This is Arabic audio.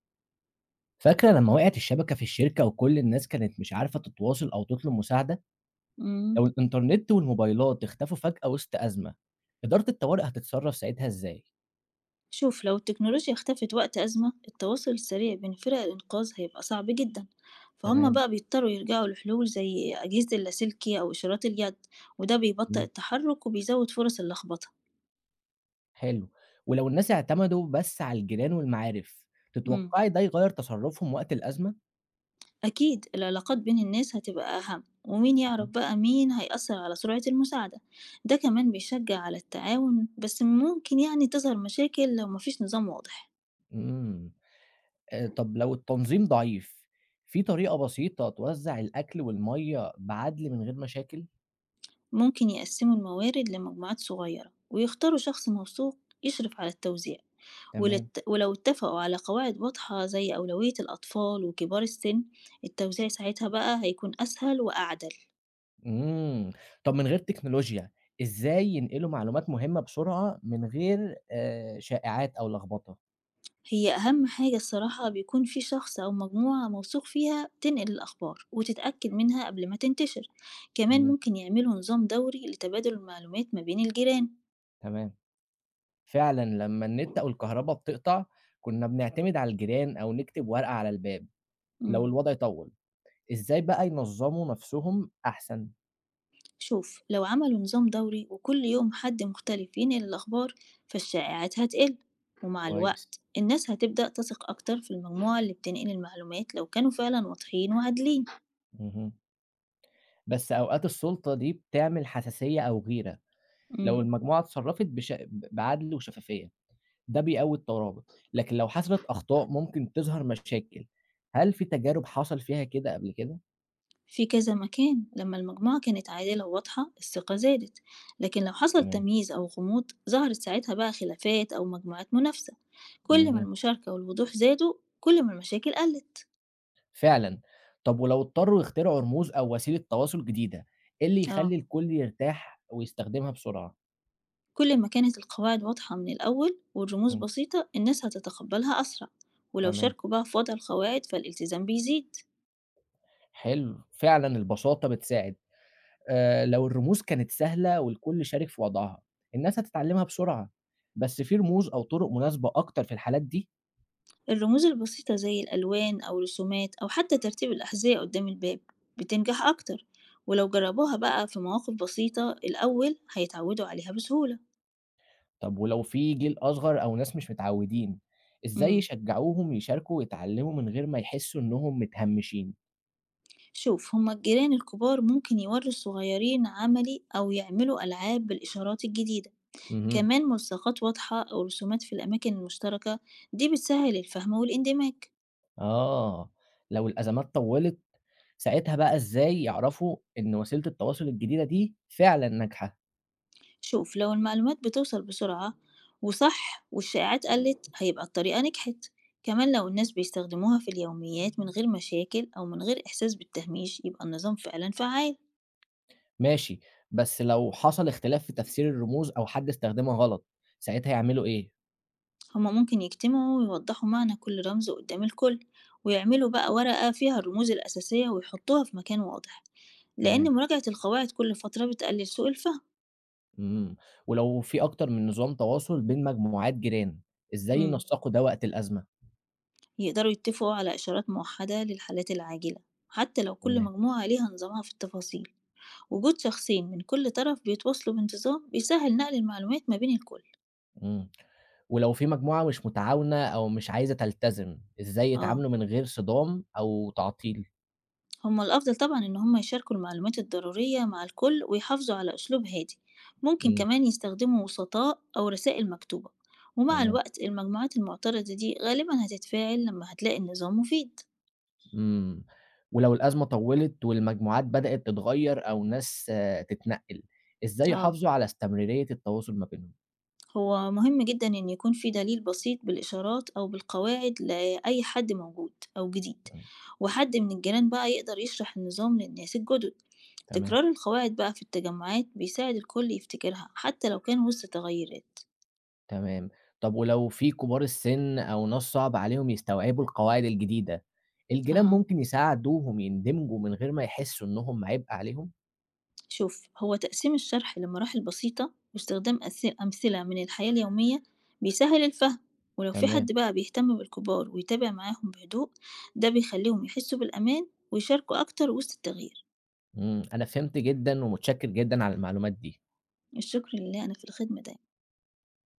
فاكرة لما وقعت الشبكة في الشركة وكل الناس كانت مش عارفة تتواصل أو تطلب مساعدة؟ امم لو الإنترنت والموبايلات اختفوا فجأة وسط أزمة، إدارة الطوارئ هتتصرف ساعتها إزاي؟ شوف، لو التكنولوجيا اختفت وقت أزمة، التواصل السريع بين فرق الإنقاذ هيبقى صعب جدا. فهم تمام، بقى بيضطروا يرجعوا لحلول زي أجهزة اللاسلكي أو إشارات اليد، وده بيبطئ إمم، التحرك وبيزود فرص اللخبطة. حلو. ولو الناس اعتمدوا بس على الجيران والمعارف، امم تتوقعي ده يغير تصرفهم وقت الأزمة؟ أكيد العلاقات بين الناس هتبقى أهم، ومين يعرف تمام. بقى مين، هيأثر على سرعة المساعدة. ده كمان بيشجع على التعاون، بس ممكن يعني تظهر مشاكل لو مفيش نظام واضح. إمم، طب لو التنظيم ضعيف، في طريقة بسيطة توزع الأكل والمَيّة بعدل من غير مشاكل؟ ممكن يقسموا الموارد لمجموعات صغيرة ويختاروا شخص موثوق يشرف على التوزيع. تمام. ولو اتفقوا على قواعد واضحة زي أولوية الأطفال وكبار السن، التوزيع ساعتها بقى هيكون أسهل وأعدل. إمم، طب من غير تكنولوجيا، إزاي ينقلوا معلومات مهمة بسرعة من غير شائعات أو لخبطة؟ هي أهم حاجة الصراحة، بيكون في شخص أو مجموعة موثوق فيها تنقل الأخبار وتتأكد منها قبل ما تنتشر. كمان إمم، ممكن يعملوا نظام دوري لتبادل المعلومات ما بين الجيران. تمام، فعلًا لمّا النت أو الكهربا بتقطع كنا بنعتمد على الجيران أو نكتب ورقة على الباب. لو مم. الوضع طوّل، إزاي بقى ينظموا نفسهم أحسن؟ شوف، لو عملوا نظام دوري وكل يوم حد مختلف ينقل الأخبار، فالشائعات هتقل. ومع كويس، الوقت الناس هتبدأ تثق أكتر في المجموعة اللي بتنقل المعلومات، لو كانوا فعلا واضحين وعادلين. اهم. بس أوقات السلطة دي بتعمل حساسية أو غيرة. لو مم. المجموعة اتصرفت بش ب بعدل وشفافية، ده بيقوي الترابط، لكن لو حصلت أخطاء ممكن تظهر مشاكل، هل في تجارب حصل فيها كده قبل كده؟ في كذا مكان لما المجموعة كانت عادلة وواضحة، الثقة زادت. لكن لو حصل تمام، تمييز أو غموض، ظهرت ساعتها بقى خلافات أو مجموعات منافسة. كل ما اهم، المشاركة والوضوح زادوا، كل ما المشاكل قلت. فعلًا. طب ولو اضطروا يخترعوا رموز أو وسيلة تواصل جديدة، إيه اللي يخلّي اه، الكل يرتاح ويستخدمها بسرعة؟ كل ما كانت القواعد واضحة من الأول والرموز إمم، بسيطة، الناس هتتقبلها أسرع. ولو تمام، شاركوا بقى في وضع القواعد، فالالتزام بيزيد. حلو، فعلًا البساطة بتساعد. لو الرموز كانت سهلة والكل شارك في وضعها، الناس هتتعلمها بسرعة، بس في رموز أو طرق مناسبة أكتر في الحالات دي؟ الرموز البسيطة زي الألوان أو رسومات أو حتى ترتيب الأحذية قدام الباب بتنجح أكتر. ولو جربوها بقى في مواقف بسيطة الأول، هيتعودوا عليها بسهولة. طب ولو في جيل أصغر أو ناس مش متعودين، إزاي مم. يشجعوهم يشاركوا ويتعلموا من غير ما يحسوا إنهم متهمشين؟ شوف، هما الجيران الكبار ممكن يوروا الصغيرين عملي أو يعملوا ألعاب بالإشارات الجديدة. اهم. كمان ملصقات واضحة أو رسومات في الأماكن المشتركة، دي بتسهل الفهم والاندماج. آه، لو الأزمات طوّلت ساعتها بقى إزاي يعرفوا إن وسيلة التواصل الجديدة دي فعلًا ناجحة؟ شوف، لو المعلومات بتوصل بسرعة وصح والشائعات قلت، هيبقى الطريقة نجحت. كمان لو الناس بيستخدموها في اليوميات من غير مشاكل أو من غير إحساس بالتهميش، يبقى النظام فعلا فعال. ماشي، بس لو حصل اختلاف في تفسير الرموز أو حد استخدمها غلط، ساعتها يعملوا إيه؟ هما ممكن يجتمعوا ويوضحوا معنى كل رمز قدام الكل، ويعملوا بقى ورقة فيها الرموز الأساسية ويحطوها في مكان واضح، تمام. لأن مراجعة القواعد كل فترة بتقلل سوء الفهم. إمم، ولو في أكتر من نظام تواصل بين مجموعات جيران، إزاي مم. ينسقوا ده وقت الأزمة؟ يقدروا يتفقوا على إشارات موحدة للحالات العاجلة، حتى لو كل تمام. مجموعة ليها نظامها في التفاصيل. وجود شخصين من كل طرف بيتواصلوا بانتظام بيسهل نقل المعلومات ما بين الكل. إمم. ولو في مجموعة مش متعاونة أو مش عايزة تلتزم، إزاي اه، يتعاملوا من غير صدام أو تعطيل؟ هما الأفضل طبعا إن هما يشاركوا المعلومات الضرورية مع الكل ويحافظوا على أسلوب هادي. ممكن إمم، كمان يستخدموا وسطاء أو رسائل مكتوبة. ومع تمام. الوقت المجموعات المعترضة دي غالبا هتتفاعل لما هتلاقي النظام مفيد. إمم. ولو الأزمة طوّلت والمجموعات بدأت تتغيّر أو ناس تتنقِّل، إزاي اه، يحافظوا على استمرارية التواصل ما بينهم؟ هو مهم جدا إن يكون في دليل بسيط بالإشارات أو بالقواعد لأي حد موجود أو جديد. إمم، وحد من الجيران بقى يقدر يشرح النظام للناس الجدد. تمام، تكرار القواعد بقى في التجمعات بيساعد الكل يفتكرها حتى لو كان وسط تغيرات. تمام. طب ولو في كبار السِن أو ناس صعب عليهم يستوعبوا القواعد الجديدة، الجيران أها، ممكن يساعدوهم يندمجوا من غير ما يحسّوا إنهم عبء عليهم؟ شوف، هو تقسيم الشرح لمراحل بسيطة واستخدام أمثلة من الحياة اليومية بيسهل الفهم. ولو في تمام. حد بقى بيهتم بالكبار ويتابع معاهم بهدوء، ده بيخليهم يحسوا بالأمان ويشاركوا أكتر وسط التغيير. إمم، أنا فهمت جدًا ومتشكر جدًا على المعلومات دي. الشكر لله، أنا في الخدمة ده.